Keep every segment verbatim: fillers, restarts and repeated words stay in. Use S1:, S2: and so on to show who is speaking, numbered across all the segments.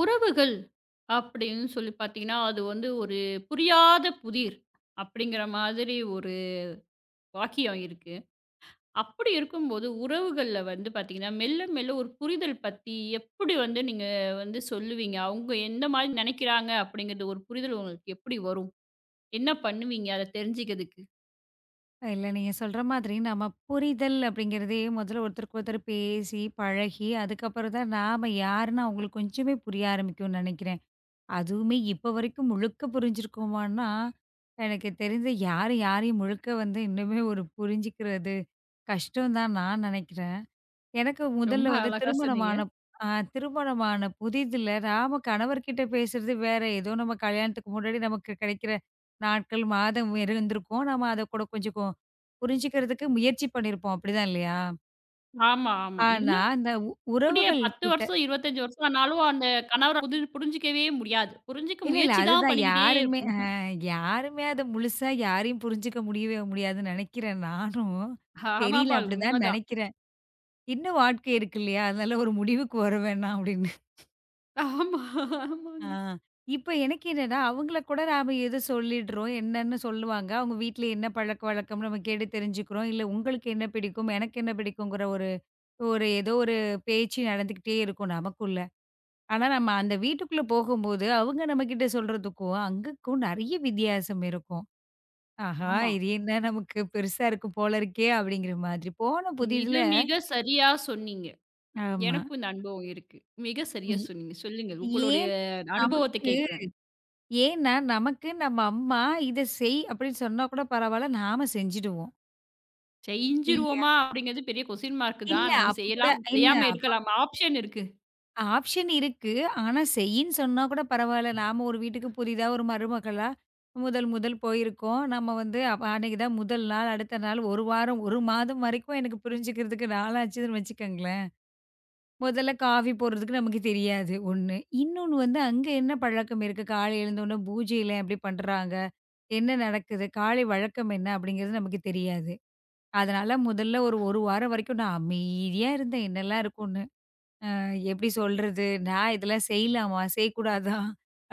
S1: உறவுகள் அப்படின்னு சொல்லி பார்த்தீங்கன்னா, அது வந்து ஒரு புரியாத புதிர் அப்படிங்கிற மாதிரி ஒரு வாக்கியம் இருக்கு. அப்படி இருக்கும்போது உறவுகள்ல வந்து பார்த்தீங்கன்னா, மெல்ல மெல்ல ஒரு புரிதல் பத்தி எப்படி வந்து நீங்க வந்து சொல்லுவீங்க? அவங்க எந்த மாரி நெனைக்கிறாங்க அப்படிங்கிறது ஒரு புரிதல் உங்களுக்கு எப்படி வரும்? என்ன பண்ணுவீங்க அத தெரிஞ்சுக்கிறதுக்கு?
S2: இல்ல நீங்க சொல்ற மாதிரி நம்ம புரிதல் அப்படிங்கிறதே முதல்ல ஒருத்தருக்கு ஒருத்தர் பேசி, பழகி, அதுக்கப்புறம் தான் நாம யாருன்னு அவங்களுக்கு கொஞ்சமே புரிய ஆரம்பிக்கும்னு நினைக்கிறேன். அதுவுமே இப்ப வரைக்கும் முழுக்க புரிஞ்சிருக்கோமான்னா, எனக்கு தெரிஞ்சு யாரும் யாரையும் முழுக்க வந்து இன்னுமே ஒரு புரிஞ்சுக்கிறது கஷ்டம் தான் நான் நினைக்கிறேன். எனக்கு
S1: ரொம்ப
S2: முதல்ல வந்து
S1: அழகா சொன்னீங்க.
S2: திருமணமான ஆ திருமணமான புதிதில நாம கணவர்கிட்ட பேசுறது வேற. ஏதோ நம்ம கல்யாணத்துக்கு முன்னாடி நமக்கு கிடைக்கிற நாட்கள், மாதம் இருந்திருக்கும். நம்ம அத கூட கொஞ்சம் கொ புரிஞ்சுக்கிறதுக்கு முயற்சி பண்ணியிருப்போம். அப்படிதான் இல்லையா?
S1: ஆமா, ஆமா.
S2: ஆனா,
S1: இன்னும்
S2: அந்த உ
S1: அப்படியே
S2: உறவுகள்
S1: பத்து
S2: கிட்ட
S1: வருஷம், இருபத்தி ஐந்து வருஷம் ஆனாலும் அந்த கணவர புதி புரிஞ்சுக்கவே முடியாது. புரிஞ்சுக்க
S2: இல்ல, இல்ல.
S1: முயற்சி தான்
S2: அதுதான்
S1: பண்ணிக்கிட்டே
S2: யாருமே அ
S1: இருக்கணும்.
S2: யாருமே அத முழுசா யாரையும் புரிஞ்சுக்க முடியவே முடியாதுன்னு நினைக்கிறேன் நானும்.
S1: ஆமாப்பா,
S2: தெரியல
S1: அது
S2: அப்படிதான்
S1: உண்மதான்.
S2: நினைக்கிறேன். இன்னும் வாழ்க்கை இருக்கு இல்லையா? அதனால ஒரு முடிவுக்கு வர வேணாம் அப்படின்னு.
S1: ஆமா,
S2: ஆ.
S1: ஆமாங்க.
S2: இப்ப எனக்கு என்னன்னா, அவங்கள கூட நாம எது சொல்லிடுறோம், என்னன்னு சொல்லுவாங்க. அவங்க வீட்ல என்ன பழக்கவழக்கம் நம்ம கேட்டு தெரிஞ்சுக்கிறோம். இல்ல உங்களுக்கு என்ன பிடிக்கும், எனக்கு என்ன பிடிக்குங்கிற ஒரு ஒரு ஏதோ ஒரு பேச்சு நடந்துக்கிட்டே இருக்கும் நமக்குள்ள. ஆனா நம்ம அந்த வீட்டுக்குள்ள போகும்போது, அவங்க நம்மகிட்ட சொல்றதுக்கும், அங்கக்கும் நெறைய வித்தியாசம் இருக்கும். ஆஹா!
S1: ஆமா.
S2: இது என்ன நமக்கு பெருசா இருக்கும் போல இருக்கே! அப்படிங்கிற மாதிரி. போன
S1: மிக,
S2: புதிதுல
S1: மிக சரியா சொன்னீங்க.
S2: ஆமா.
S1: எனக்கும் இந்த அனுபவம் இருக்கு. மிக சரியா
S2: ஏ
S1: சொன்னீங்க. சொல்லுங்க. உங்களுடைய
S2: ஏன்
S1: அனுபவத்த
S2: நமக்கு
S1: கேட்கிறேன்.
S2: ஏன்னா, நமக்கு நம்ம அம்மா "இத செய்" அப்படின்னு சொன்னா கூட பரவால்ல. நாம செஞ்சுடுவோம். இல்லையா?
S1: செஞ்சுருவோமா அப்படிங்கிறது பெரிய கொஸ்டின் மார்க்
S2: இல்ல
S1: தான். நம்ம
S2: அப்ப கூட
S1: செய்யலாம்,
S2: இல்ல
S1: செய்யாம
S2: அப்ப
S1: இருக்கலாம். ஆப்ஷன் இருக்கு.
S2: ஆப்ஷன் இருக்கு. ஆனா செய்யின்னு சொன்னா கூட பரவால்ல. நாம ஒரு வீட்டுக்கு புதிதா ஒரு மருமகளா முதல் முதல் போயிருக்கோம். நம்ம வந்து அப்ப அன்னைக்கு தான் முதல் நாள், அடுத்த நாள், ஒரு வாரம், ஒரு மாதம் வரைக்கும் எனக்கு புரிஞ்சுக்கிறதுக்கு நாளாச்சுன்னு வச்சுக்கோங்களேன். முதல்ல காஃபி போடுறதுக்கு நமக்கு தெரியாது ஒண்ணு. இன்னொன்னு வந்து அங்க என்ன பழக்கம் இருக்கு? காலை எழுந்தோனே பூஜையில எப்படி பண்றாங்க? என்ன நடக்குது? காலை வழக்கம் என்ன? அப்படிங்கிறது நமக்கு தெரியாது. அதனால முதல்ல ஒரு 1 வாரம் வரைக்கும் நான் அமைதியா இருந்தேன். என்னலாம் இருக்கும்னு. அ எப்படி சொல்றது? நான் இதெல்லாம் செய்யலாமா? செய்யக்கூடாதா?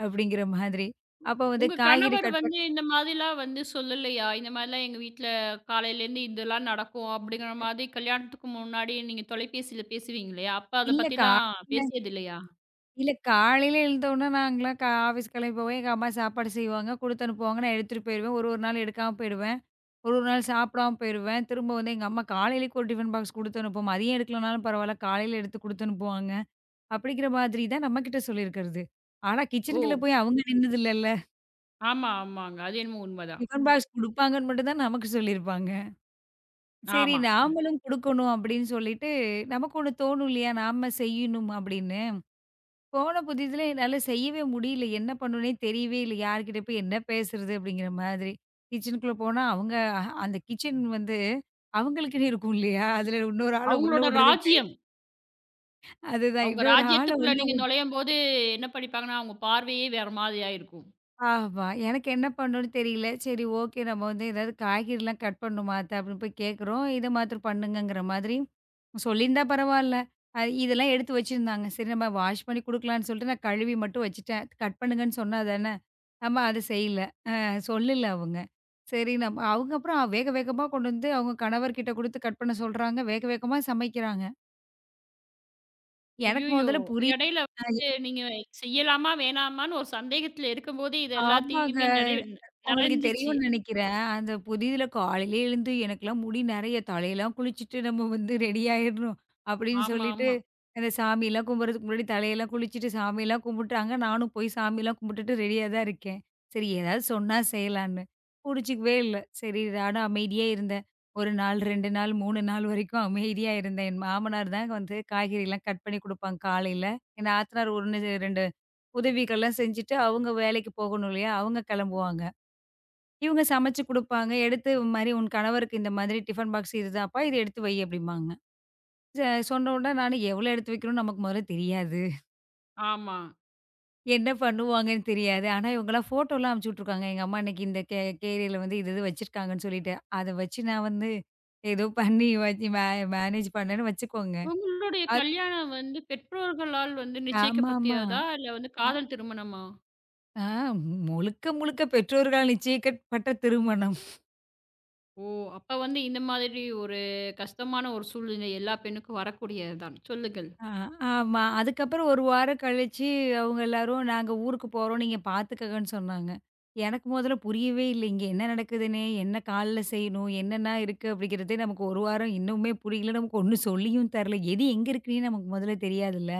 S2: அப்படிங்கிற மாதிரி. அப்ப வந்து
S1: உங்க
S2: காய்கறி
S1: கணவர்
S2: கட் பண்
S1: வந்து இந்த மாதிரிலாம் வந்து சொல்லலையா? இந்த மாதிரிலாம் எங்க வீட்ல காலையிலேருந்து இதெல்லாம் நடக்கும் அப்படிங்கிற மாதிரி கல்யாணத்துக்கு முன்னாடி நீங்க தொலைபேசியில பேசுவீங்க இல்லையா? அப்ப அத
S2: இல்ல
S1: பத்திலாம்
S2: காலையில
S1: பேசியது இல்லையா?
S2: இல்ல காலையில எழுந்தோனே நாங்கலாம் கா ஆஃபீஸ் கிளம்பி போவேன். எங்க அம்மா சாப்பாடு செய்வாங்க. குடுத்து அனுப்புவாங்க. நான் எடுத்துட்டு போயிருவேன். ஒரு ஒரு நாள் எடுக்காம போயிடுவேன். ஒரு ஒரு நாள் சாப்பிடாம போயிருவேன். திரும்ப வந்து எங்க அம்மா காலையிலேக்கு ஒரு டிஃபன் பாக்ஸ் குடுத்து அனுப்பும். மதியம் எடுக்கலனாலும் பரவால்ல, காலையில எடுத்து குடுத்து அனுப்புவாங்க. அப்படிங்கிற மாதிரி தான் நம்மகிட்ட சொல்லியிருக்கிறது. ஆனா
S1: ஓ!
S2: கிச்சனுக்குள்ள போய் அவங்க நின்னதில்லல்ல.
S1: ஆமா, ஆமாங்க. அது என்னமோ உண்மதான்.
S2: டிஃபன் பாக்ஸ் குடுப்பாங்கன்னு மட்டும் தான் நமக்கு சொல்லியிருப்பாங்க. சரி
S1: ஆமா.
S2: நாமளும் குடுக்கணும் அப்படின்னு சொல்லிட்டு, நமக்கு ஒண்ணு தோணும் இல்லையா? நாம செய்யணும் அப்படின்னு. போன புதியதுல என்னால செய்யவே முடியல. என்ன பண்ணணும்னே தெரியவே இல்ல. யார்கிட்ட போய் என்ன பேசுறது? அப்படிங்கிற மாதிரி. கிச்சனுக்குள்ள போனா அவங்க அஹ், அந்த கிச்சன் வந்து அவங்களுக்குன்னு இருக்கும் இல்லையா? அதுல இன்னொரு ஆள உள்ள
S1: அவங்களோட
S2: விடுறதே பெரிய
S1: ராஜ்யம்.
S2: அதுதான்.
S1: அவங்க
S2: இன்னொரு ஆள
S1: ராஜ்யத்துக்குள்ள
S2: உள்ள
S1: நீங்க
S2: வி-
S1: நுழையும்போது என்ன படிப்பாங்கன்னா, அவங்க பார்வையே வேற மாதிரியா இருக்கும்.
S2: ஆமா. எனக்கு என்ன பண்ணணும்னு தெரியல. சரி ஓகே நம்ம வந்து ஏதாவது காய்கறிலாம் கட் பண்ணணுமா அத்த? அப்படின்னு போய் கேட்குறோம். இத மாத்திரம் பண்ணுங்கங்கிற மாதிரி சொல்லியிருந்தா பரவால்ல. அ இதெல்லாம் எடுத்து வச்சிருந்தாங்க. சரி நம்ம வாஷ் பண்ணி குடுக்கலான்னு சொல்லிட்டு நான் கழுவி மட்டும் வச்சுட்டேன். கட் பண்ணுங்கன்னு சொன்னா தானே! நம்ம அத செய்யல. சொல்லல அவங்க. சரி நம்ம அவங்க அப்புறம் வேக வேகமா கொண்டு வந்து அவங்க கணவர்கிட்ட குடுத்து கட் பண்ண சொல்றாங்க. வேக வேகமா சமைக்கிறாங்க. எனக்கு
S1: ஐய்யயோ!
S2: மொதல்ல புரியல.
S1: இடையில வந்து நீங்க செய்யலாமா, வேணாமான்னு ஒரு சந்தேகத்துல இருக்கும்போதே இது
S2: ஆமாங்க.
S1: எல்லாத்தையுமே நிறை
S2: உங்களுக்கு
S1: நிறைஞ்சிச்சு.
S2: தெரியும்னு நெனைக்கிறேன். அந்த புதிதில காலையிலே எழுந்து எனக்கெல்லாம் முடி நெறைய தலையெல்லாம் குளிச்சுட்டு நம்ம வந்து ரெடி ஆயிரணும். அப்படின்னு
S1: ஆமா,
S2: சொல்லிட்டு
S1: ஆமா,
S2: அந்த சாமிலாம் கும்பிட்றதுக்கு முன்னாடி தலையெல்லாம் குளிச்சுட்டு சாமிலாம் கும்பிட்டாங்க. நானும் போய் சாமிலாம் கும்பிட்டுட்டு ரெடியா தான் இருக்கேன். சரி ஏதாவது சொன்னா செய்யலான்னு. புடிச்சுக்கவே இல்ல. சரி நானும் அமைதியா இருந்தேன். ஒரு நாள், ரெண்டு நாள், மூணு நாள் வரைக்கும் அமைதியா இருந்தேன். என் மாமனார் தான் வந்து காய்கறிலாம் கட் பண்ணி குடுப்பாங்க காலையில. என் நாத்தனார் ஒன்னு, ரெண்டு உதவிகள்லாம் செஞ்சுட்டு, அவங்க வேலைக்கு போகணும் இல்லையா? அவங்க கெளம்புவாங்க. இவங்க சமைச்சு குடுப்பாங்க. எடுத்து இது மாரி உன் கணவருக்கு இந்த மாதிரி டிஃபன் பாக்ஸ் இதுதான்ப்பா, இத எடுத்து வை அப்படிம்பாங்க. ச சொன்ன உடனே நானு எவ்வளோ எடுத்து வைக்கணும்னு நமக்கு முதல்ல தெரியாது.
S1: ஆமா.
S2: என்ன பண்ணுவாங்கன்னு தெரியாது. ஆனா இவங்கலாம் ஃபோட்டோலாம் அனுப்பிச்சு விட்டுருக்காங்க. எங்க அம்மா இன்னைக்கு இந்த கே கேரியில வந்து இது இது வச்சிருக்காங்கன்னு சொல்லிட்டு. அத வச்சு நான் வந்து ஏதோ பண்ணி வச்சு மே மேனேஜ் பண்ணேன்னு வச்சுக்கோங்க.
S1: உங்களுடைய
S2: அத்
S1: கல்யாணம் வந்து பெற்றோர்களால் வந்து
S2: ஆமாமா.
S1: நிச்சயிக்கப்பட்டதா? இல்ல வந்து
S2: அ
S1: காதல் திருமணமா?
S2: ஆ முழுக்க முழுக்க பெற்றோர்களால் நிச்சயிக்கப்பட்ட திருமணம்.
S1: ஓ! அப்ப வந்து இந்த மாதிரி ஒரு கஷ்டமான ஒரு சூழ்நிலை எல்லா பெண்ணுக்கும் வரக்கூடியது தான். சொல்லுங்கள்.
S2: ஆ, ஆமா. அதுக்கப்புறம் ஒரு வாரம் கழிச்சு அவங்க எல்லாரும், "நாங்க ஊருக்கு போறோம். நீங்க பார்த்துக்கங்கன்னு" சொன்னாங்க. எனக்கு மொதல்ல புரியவே இல்ல. இங்க என்ன நடக்குதுன்னே, என்ன கால்ல செய்யணும், என்னென்ன இருக்கு அப்படிங்கிறதே நமக்கு ஒரு வாரம் இன்னுமே புரியல. நமக்கு ஒண்ணும் சொல்லியும் தரல. எது எங்க இருக்குன்னே நமக்கு மொதல்ல தெரியாதுல்ல.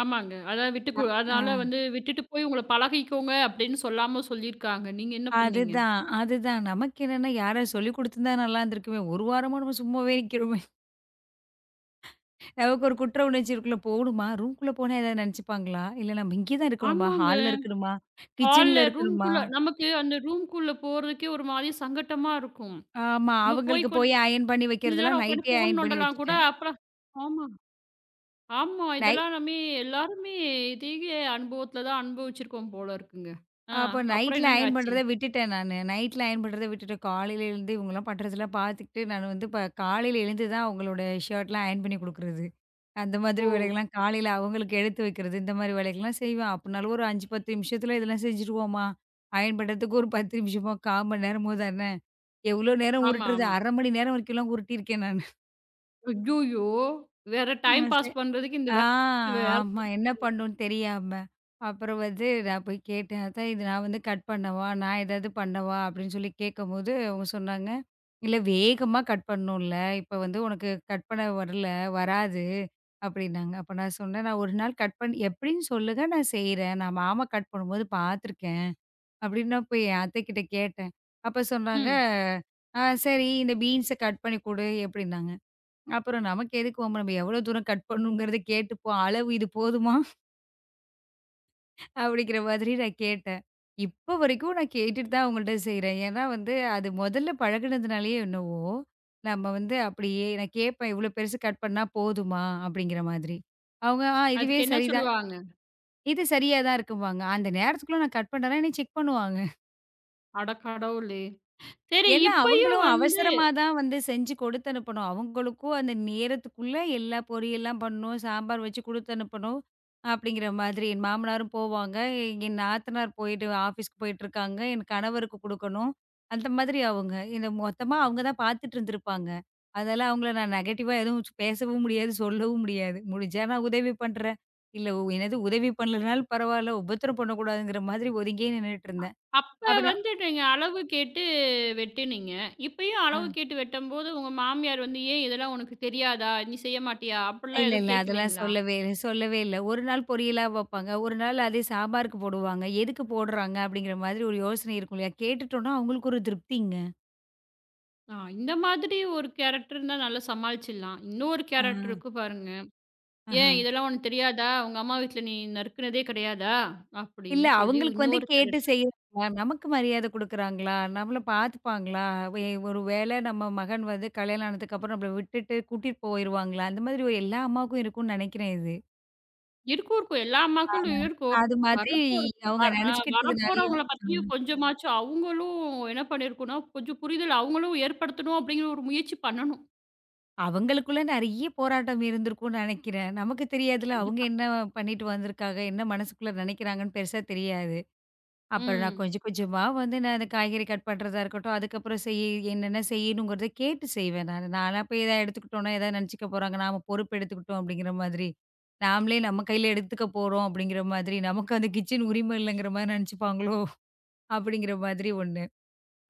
S1: ஆமாங்க. அதான் விட்டு
S2: அ
S1: கு அதனால
S2: ஆ
S1: வந்து விட்டுட்டு போய் உங்கள பழகிக்கோங்க அப்படின்னு சொல்லாம சொல்லியிருக்காங்க. நீங்க என்ன பண்ணீங்க?
S2: அதுதான், அதுதான். நமக்கு என்னன்னா, யாராவது சொல்லிக் குடுத்துருந்தா நல்லா இருந்திருக்குமே. ஒரு வாரமா நம்ம சும்மாவே நிக்கிறோமே. நமக்கு ஒரு குற்ற உணர்ச்சி இருக்குல்ல. போகணுமா? ரூம்குள்ள போனா ஏதாவது நெனச்சுப்பாங்களா? இல்ல நம்ம இங்கே தான் இருக்கணுமா?
S1: ஆமாங்க.
S2: ஹால்ல இருக்கணுமா?
S1: ஹால்ல
S2: கிச்சன்ல இருக்கணுமா?
S1: ரூம்க்குள்ள நமக்கு அந்த ரூம்க்குள்ள போறதுக்கே ஒரு மாரி சங்கட்டமா இருக்கும்.
S2: ஆமா.
S1: நம்ம போய்
S2: அவங்களுக்கு
S1: கொஞ்ச
S2: போய் அயர்ன் பண்ணி வைக்கிறதெல்லாம்
S1: நேரம் உட்காந்து
S2: நைட்டே
S1: ஃபோன்
S2: அயர்ன் பண்ணி
S1: நோண்டலாம் கூட
S2: வச்சுட்டேன்.
S1: அப்புறம் ஆமா, ஆமா.
S2: நை
S1: இதெல்லாம் நம்ம எல்லாருமே இதே அனுபவத்தில தான் அனுபவிச்சிருக்கோம் போல இருக்குங்க. ஆ
S2: அப்போ
S1: அப்புறம்
S2: நைட்ல
S1: என்னங்க
S2: அயர்ன்
S1: ஆச்சு?
S2: பண்றத விட்டுட்டேன் நானு. நைட்ல அயர்ன் பண்றத விட்டுட்டேன். காலையில எழுந்து இவங்கலாம் பண்றதெல்லாம் பார்த்துக்கிட்டு, நான் வந்து இப்ப காலையில எழுந்து தான் அவங்களோட ஷர்ட்லாம் அயர்ன் பண்ணி குடுக்குறது. அந்த மாதிரி
S1: ஓ!
S2: வேலைகள்லாம் காலையில அவங்களுக்கு எடுத்து வைக்கிறது, இந்த மாதிரி வேலைகள்லாம் செய்வேன். அப்பனாலும் ஒரு அஞ்சு, பத்து நிமிஷத்துல இதெல்லாம் செஞ்சுருவோமா? அயர்ன் பண்றதுக்கு ஒரு பத்து நிமிஷமோ, கால் மணி நேரமோ தானே! எவ்ளோ நேரம்
S1: ஆமா,
S2: உருட்டுறது?
S1: ஆமா.
S2: அரை மணி நேரம் வரைக்கும்லாம் உருட்டியிருக்கேன்
S1: ஐய்யயோ! வேற டைம்
S2: நானு.
S1: பாஸ் பண்றதுக்கு இந்த
S2: ஆ
S1: வேலைய வச்சு வேற
S2: ஆமா.
S1: பண்ணி
S2: என்ன பண்ணணும்னு தெரியாம. அப்புறம் வந்து நான் போய் கேட்டேன். அதான் இது நான் வந்து கட் பண்ணவா? நான் ஏதாவது பண்ணவா? அப்படின்னு சொல்லி கேட்கும்போது, அவங்க சொன்னாங்க, "இல்ல வேகமா கட் பண்ணணும்ல. இப்ப வந்து உனக்கு கட் பண்ண வரல வராது" அப்படின்னாங்க. அப்ப நான் சொன்னேன், "நான் ஒரு நாள் கட் பண்ணி எப்படின்னு சொல்லுங்க நான் செய்றேன். நான் மாமா கட் பண்ணும்போது பார்த்துருக்கேன்" அப்படின்னு நான் போய் என் அத்தைக்கிட்ட கேட்டேன். அப்ப சொன்னாங்க,
S1: ம்.
S2: "ஆ சரி இந்த பீன்ஸ கட் பண்ணி குடு" எப்படின்னாங்க. அப்புறம் நமக்கு எதுக்கு வம்பு? நம்ம எவ்வளோ தூரம் கட் பண்ணணுங்கிறத கேட்டுப்போம். அளவு இது போதுமா? அப்படிங்கிற மாதிரி நான் கேட்டேன். இப்ப வரைக்கும் நான் கேட்டுட்டு தான் அவங்கள்ட்ட செய்றேன். ஏன்னா வந்து அது முதல்ல பழகுனதுனாலயே என்னவோ, நம்ம வந்து அப்படியே நான் கேட்பேன், "இவ்வளோ பெருசு கட் பண்ணா போதுமா?" அப்படிங்கிற மாதிரி. அவங்க, "ஆ இதுவே
S1: அதுக்கு என்ன
S2: சரிதான்.
S1: சொல்லுவாங்க?
S2: இது சரியா தான் இருக்கும்பாங்க." அந்த நேரத்துக்குள்ள நான் கட் பண்ட்டேன்னா என்னைய செக் பண்ணுவாங்க.
S1: அட கடவுளே! சரி
S2: ஏன்னா,
S1: இப்பயும்
S2: அவங்களும்
S1: வந்து
S2: அவசரமா தான் வந்து செஞ்சு கொடுத்து அனுப்பணும். அவங்களுக்கும் அந்த நேரத்துக்குள்ள எல்லா பொரியல்லாம் பண்ணணும், சாம்பார் வச்சு குடுத்து அனுப்பணும். அப்படிங்கிற மாதிரி என் மாமனாரும் போவாங்க. என் நாத்தனார் போயிட்டு ஆஃபீஸ்க்கு போயிட்டுருக்காங்க. என் கணவருக்கு குடுக்கணும். அந்த மாதிரி அவங்க. இத மொத்தமா அவங்க தான் பார்த்துட்டு இருந்திருப்பாங்க. அதால அவங்கள நான் நெகட்டிவா எதுவும் சு- பேசவும் முடியாது, சொல்லவும் முடியாது. முடிஞ்சா நான் உதவி பண்றேன். இல்ல உ- என்னது உதவி பண்ணலனாலும் பரவால்ல, உபத்திரம் பண்ணக்கூடாதுங்கிற மாதிரி ஒதுங்கியே நின்னுட்டு இருந்தேன்.
S1: அப்ப
S2: அப்புறம்
S1: வந்து நீங்க அளவு கேட்டு வெட்டினீங்க. இப்பயும் அளவு
S2: அ.
S1: கேட்டு வெட்டும்போது, உங்க மாமியார் வந்து, "ஏன் இதெல்லாம் உனக்கு தெரியாதா? நீ செய்ய மாட்டியா?" அப்படிலாம்
S2: இல்ல,
S1: எதுவும்
S2: இல்ல. அதெல்லாம்
S1: கேட்கலைங்களா?
S2: சொல்லவே இல்ல சொல்லவே இல்ல. ஒரு நாள் பொரியலா வப்பாங்க. ஒரு நாள் அதே சாம்பாருக்கு போடுவாங்க. எதுக்கு போடுறாங்க? அப்படிங்கிற மாதிரி ஒரு யோசனை இருக்கும் இல்லையா? கேட்டுட்டோம்னா அவங்களுக்கு ஒரு திருப்திங்க.
S1: ஆ இந்த மாதிரி ஒரு கேரக்டர் இருந்தா நல்லா சமாளிச்சிடலாம். இன்னொரு
S2: ஆ,
S1: கேரக்டர் இருக்கு பாருங்க.
S2: ஆஹா.
S1: "ஏன் இதெல்லாம் உனக்கு தெரியாதா? உங்க அம்மா வீட்ல நீ நறுக்குனதே கிடையாதா?"
S2: இல்ல
S1: அப்படின்னு சொல்லி
S2: அவங்களுக்கு வந்து
S1: இன்னொரு
S2: கேட்டு
S1: கேரக்டர்
S2: செய்யறாங்களா? நமக்கு மரியாதை குடுக்குறாங்களா? நம்மள பார்த்துப்பாங்களா? வே ஒரு வேளை நம்ம மகன் வந்து கல்யாணம் ஆனதுக்கு அப்புறம் நம்மள விட்டுட்டு கூட்டிட்டு போயிருவாங்களா? அந்த மாதிரி ஒரு எல்லா அம்மாவுக்கும் இருக்கும்னு நெனைக்கிறேன் இது.
S1: இருக்கும், இருக்கும். எல்லா மக்களும் இருக்கும்.
S2: அது மாதிரி
S1: வரப்போற
S2: அவங்க
S1: வ அ
S2: நெனச்சுக்கிட்டதுனாலயும்
S1: வரப்போறவங்கள பத்தியும் கொஞ்சமாச்சும் அவங்களும் என்ன பண்ணியிருக்கணும், கொஞ்சம் புரிதல் அவங்களும் ஏற்படுத்தணும் அப்படிங்கிற ஒரு முயற்சி பண்ணணும்.
S2: அவங்களுக்குள்ள நெறைய போராட்டம் இருந்திருக்கும்னு நெனைக்கிறேன். நமக்கு தெரியாதுல்ல. அவங்க
S1: கண்டிப்பா.
S2: என்ன பண்ணிட்டு வந்திருக்காங்க? என்ன மனசுக்குள்ள நெனைக்கிறாங்கன்னு பெருசா தெரியாது. அப்புறம் நான்
S1: ம்.
S2: கொஞ்சம் கொஞ்சமா வந்து நான் அந்த காய்கறி கட் பண்றதா இருக்கட்டும், அதுக்கப்புறம் செய் என்னென்ன செய்யணுங்கிறத கேட்டு செய்வேன் நானு. நானா போய் எதா எடுத்துக்கிட்டோம்னா, எதா நெனச்சுக்க போறாங்க. நாம பொறுப்பு எடுத்துக்கிட்டோம் அப்படிங்கிற மாதிரி. நாமளே நம்ம கையில எடுத்துக்க போறோம் அப்படிங்கிற மாதிரி. நமக்கு அந்த கிச்சன் உரிமை இல்லைங்கிற மாரி நெனச்சுப்பாங்களோ? அப்படிங்கிற மாதிரி ஒண்ணு.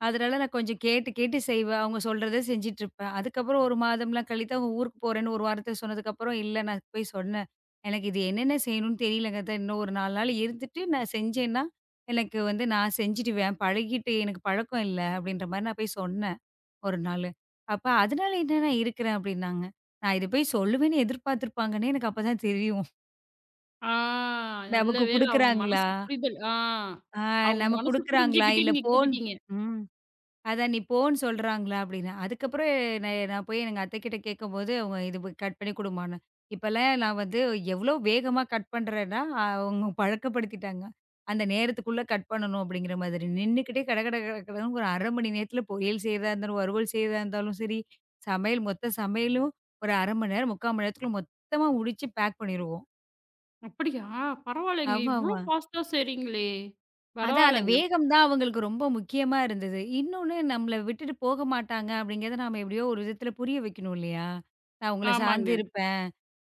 S2: அதனால நான் கொஞ்சம் கேட்டு, கேட்டு செய்வேன். அவங்க சொல்றத செஞ்சுட்டுருப்பேன். அதுக்கப்புறம் ஒரு மாதம்லாம் கழித்து அவங்க ஊருக்கு போறேன்னு ஒரு வாரத்துல சொன்னதுக்கப்புறம், இல்ல நான் போய் சொன்னேன். எனக்கு இது என்னென்ன செய்யணும்னு தெரியலங்க அத்த. இன்னும் ஒரு நாலு நாள் இருந்துட்டு நான் செஞ்சேன்னா, எனக்கு வந்து நான் செஞ்சுடுவேன். பழகிட்டு எனக்கு பழக்கம் இல்ல அப்படின்ற மாரி நான் போய் சொன்னேன் ஒரு நாளு. அப்ப அதனால என்ன நான் இருக்கிறேன் அப்படின்னாங்க. நான் இத போய் சொல்லுவேன்னு எதிர்பார்த்துருப்பாங்கன்னே எனக்கு அப்ப தான் தெரியும்.
S1: ஆ நல்ல
S2: நமக்கு
S1: வேளை அவங்க
S2: குடுக்குறாங்களா?
S1: மனசு புரிதல். ஆ
S2: ஆ
S1: அவங்க
S2: நமக்கு
S1: மனசு
S2: குடுக்குறாங்களா?
S1: புரிஞ்சுகிட்டே
S2: இல்ல
S1: நீங்க
S2: போன்
S1: கேட்டுட்டீங்க.
S2: ம். அதான் "நீ போன்னு சொல்றாங்களா?" அப்படின்னு. அதுக்கப்புறம் நா நான் போய் எங்க அத்தைக்கிட்ட கேட்கும்போது, அவங்க "இது ப கட் பண்ணி குடும்மான்னு." இப்பலாம் நான் வந்து எவ்வளோ வேகமா கட் பண்றேன்னா, அவங்க பழக்கப்படுத்திட்டாங்க. அந்த நேரத்துக்குள்ள கட் பண்ணணும் அப்படிங்கிற மாதிரி. நின்னுக்கிட்டே கட கட கட கடன்னு ஒரு அரை மணி நேரத்துல பொரியல் செய்றதா இருந்தாலும், வறுவல் செய்றதா இருந்தாலும் சரி, சமையல் மொத்த சமையலும் ஒரு அரை மணி நேரம், முக்கால் மணி நேரத்துக்குள்ள மொத்தமா முடிச்சு பேக் பண்ணிருவோம்.
S1: அப்படியா? பரவாயில்லைங்க. இவ்ளோ
S2: ஆமாமா.
S1: ஃபாஸ்ட்டா செய்றீங்களே!
S2: அதான் அந்த
S1: பரவாயில்லங்க.
S2: வேகம் தான் அவங்களுக்கு ரொம்ப முக்கியமா இருந்தது. இன்னொன்னு நம்மள விட்டுட்டு போக மாட்டாங்க அப்படிங்கிறத நாம எப்படியோ ஒரு விதத்துல புரிய வைக்கணும் இல்லையா? நான் உங்கள சார்ந்து
S1: ஆமாங்க.
S2: இருப்பேன்.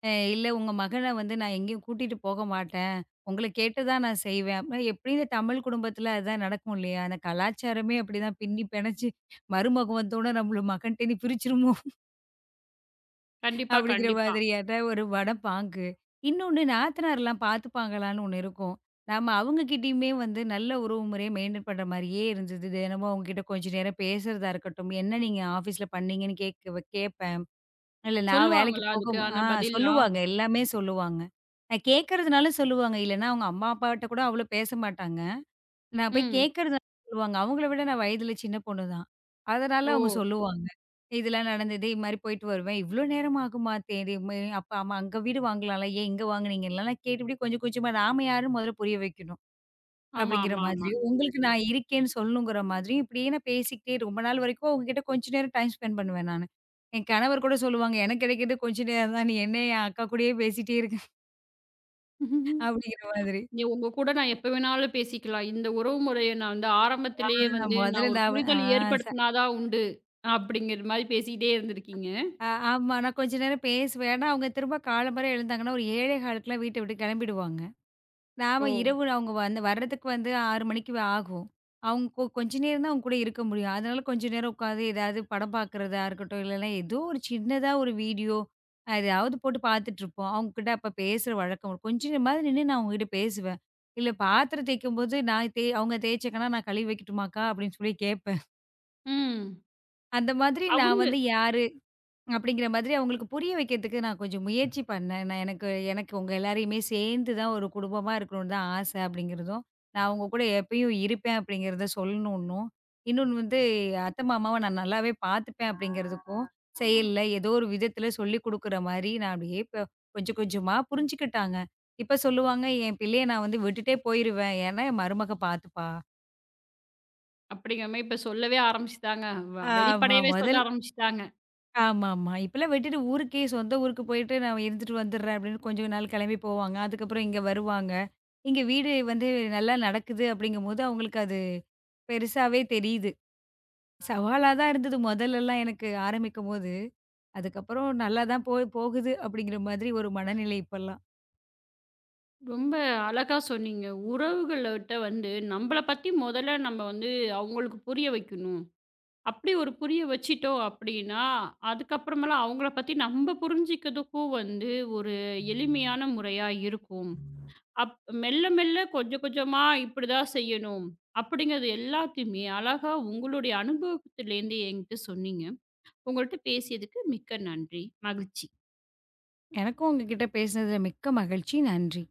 S2: அ இல்ல உங்க மகன வந்து நான் எங்கேயும் கூட்டிட்டு போக மாட்டேன். உங்கள கேட்டு தான் நான் செய்வேன். அப்படின்னா எப்படியும் இந்த தமிழ் குடும்பத்துல அதுதான் நடக்கும் இல்லையா? அந்த கலாச்சாரமே அப்படிதான் பின்னி பிணைச்சு மருமகன் வந்தோனே நம்மள மகன்ட்டேருந்து பிரிச்சுருமோ?
S1: கண்டிப்பா,
S2: அப்படிங்கிற
S1: கண்டிப்பா.
S2: மாதிரியான ஒரு வடப்பாங்கு. இன்னொன்னு நாத்தனார்லாம் பார்த்துப்பாங்களான்னு ஒண்ணு இருக்கும். நாம அவங்க கிட்டயுமே வந்து நல்ல உறவு முறைய மெயின்டெயின் பண்ற மாரியே இருந்தது. தினமும் அவங்க கிட்ட கொஞ்ச நேரம் பேசுறதா இருக்கட்டும், என்ன நீங்க ஆஃபீஸ்ல பண்ணீங்கன்னு கேட்க கேட்பேன். இல்ல நான் வேலைக்கு
S1: சொல்லுவாங்களா
S2: போகும் ஆ
S1: அதுக்கான பதில்லாம்?
S2: சொல்லுவாங்க. எல்லாமே சொல்லுவாங்க. நான் கேட்கறதுனால சொல்லுவாங்க. இல்லன்னா அவங்க அம்மா, அப்பாட்ட கூட அவ்வளோ பேச மாட்டாங்க. நான் போய்
S1: ம்.
S2: கேட்கறது சொல்லுவாங்க. அவங்கள விட நான் வயதில சின்ன பொண்ணு தான். அதனால
S1: ஓ!
S2: அவங்க சொல்லுவாங்க. இதெல்லாம் நடந்தது. இது மாரி போயிட்டு வருவேன். "இவ்ளோ நேரம் ஆகுமா? தேடி மே அப்ப ஆமா அங்க வீடு வாங்கலாம்ல. ஏன் இங்க வாங்குனீங்கலாம்?" கேட்டு இப்படி கொஞ்சம் கொஞ்சமா நாம யாருன்னு முதல்ல புரிய வைக்கணும்.
S1: ஆமா,
S2: அப்படிங்கிற
S1: ஆமா,
S2: மாதிரி. உங்களுக்கு நான் இருக்கேன்னு சொல்லணுங்கிற மாதிரி இப்படியே நான் பேசிக்கிட்டே ரொம்ப நாள் வரைக்கும் அவங்ககிட்ட கொஞ்ச நேரம் டைம் ஸ்பெண்ட் பண்ணுவேன் நானு. என் கணவர் கூட சொல்லுவாங்க, "எனக்கு கிடைக்கிறது கொஞ்ச நேரம் தான். நீ என்ன என் அக்கா கூடயே பேசிட்டே இருக்க."
S1: ஆமா.
S2: அப்படிங்கிற மாதிரி.
S1: நீ உங்க கூட நான் எப்ப வேணாலும் பேசிக்கலாம். இந்த உறவு முறைய நான் வந்து ஆரம்பத்திலேயே
S2: ஆ
S1: வந்து நான்
S2: முதல்ல
S1: ஒரு
S2: நான் வ ஆ.
S1: புரிதல் ஏற்படுத்தினா தான் உண்டு. அப்படிங்கிற மாரி பேசிக்கிட்டே இருந்திருக்கீங்க.
S2: ஆ ஆமா. நான் கொஞ்ச நேரம் பேசுவேன். ஆனா, அவங்க திரும்ப காலம்பற எழுந்தாங்கன்னா, ஒரு 7:15க்குலாம் வீட்ட விட்டு கெளம்பிடுவாங்க.
S1: ஓ!
S2: நாம இரவு அவங்க வந்து வர்றதுக்கு வந்து ஆறு மணிக்கு ஆகும். அவங்க கொ கொஞ்ச நேரம் தான் அவங்க கூட இருக்க முடியும். அதனால கொஞ்ச நேரம் உட்காந்து ஏதாவது படம் பார்க்குறதா இருக்கட்டும், இல்லைன்னா ஏதோ ஒரு சின்னதா ஒரு வீடியோ எதையாவது போட்டு பார்த்துட்டுருப்போம். அவங்ககிட்ட அப்ப பேசுற வழக்கம். உண்டு. கொஞ்ச நேரமாவது நின்னு நான் அவங்ககிட்ட பேசுவேன். இல்ல பாத்திரம் தேய்க்கும்போது நான் தே அவங்க தேய்ச்சாங்கன்னா, "நான் கழுவி வைக்கட்டுமாக்கா?" அப்படின்னு சொல்லி கேட்பேன்.
S1: ம்.
S2: அந்த மாதிரி நான்
S1: அவங்க
S2: வந்து யார் அப்படிங்கிற மாதிரி அவங்களுக்கு புரிய வைக்கிறதுக்கு நான் கொஞ்சம் முயற்சி பண்ணேன். நான் எனக்கு எனக்கு உங்க எல்லாரையுமே சேர்ந்து தான் ஒரு குடும்பமா இருக்கணும்னு தான் ஆசை அப்படிங்கிறதும், நான் அவங்க கூட எப்பயும் இருப்பேன் அப்படிங்கிறத சொல்லணும்ன்னும், இன்னொன்னு வந்து அத்தை மாமாவ நான் நல்லாவே பார்த்துப்பேன் அப்படிங்கிறதுக்கும், செயல்ல ஏதோ ஒரு விதத்துல சொல்லிக் குடுக்குற மாரி நான் அப்படியே இப்ப கொஞ்சம் கொஞ்சமா புரிஞ்சுக்கிட்டாங்க. இப்ப சொல்லுவாங்க, "என் பிள்ளைய நான் வந்து விட்டுட்டே போயிருவேன். ஏன்னா என் மருமக பார்த்துப்பா."
S1: அப்படிங்கிற மாரி இப்ப சொல்லவே ஆரம்பிச்சுட்டாங்க. வ
S2: அ ம
S1: வெளிப்படையவே சொல்ல
S2: முதல்
S1: ஆரம்பிச்சுட்டாங்க.
S2: ஆமாமா. இப்பலாம் விட்டுட்டு ஊருக்கே சொந்த ஊருக்கு போயிட்டு, "நான் இருந்துட்டு வந்துடுறேன்" அப்படின்னு கொஞ்ச நாள் கிளம்பி போவாங்க. அதுக்கப்புறம் இங்க வருவாங்க. இங்க வீடு வந்து நல்லா நடக்குது அப்படிங்கும்போது, அவங்களுக்கு அது பெருசாவே தெரியுது. சவாலா தான் இருந்தது முதல்லலாம் எனக்கு ஆரம்பிக்கும்போது. அதுக்கப்புறம் நல்லா தான் போய் போகுது அப்படிங்கிற மாதிரி ஒரு மனநிலை இப்பலாம்.
S1: ரொம்ப அழகா சொன்னீங்க. உறவுகள்ட்ட வந்து நம்மள பத்தி முதல்ல நம்ம வந்து அவங்களுக்கு புரிய வைக்கணும். அப்படி ஒரு புரிய வச்சுட்டோம் அப்படின்னா, அதுக்கப்புறமேலாம் அவங்கள பத்தி நம்ம புரிஞ்சுக்கிறதுக்கும் வந்து ஒரு எளிமையான முறையா இருக்கும். அப் மெல்ல மெல்ல கொஞ்சம் கொஞ்சமா இப்படிதான் செய்யணும். அப்படிங்கிறது எல்லாத்தையுமே அழகா உங்களுடைய அனுபவத்திலேருந்து என்கிட்ட சொன்னீங்க. உங்கள்ட்ட பேசியதுக்கு மிக்க நன்றி. மகிழ்ச்சி.
S2: எனக்கும் உங்ககிட்ட பேசினதுல மிக்க மகிழ்ச்சி. நன்றி.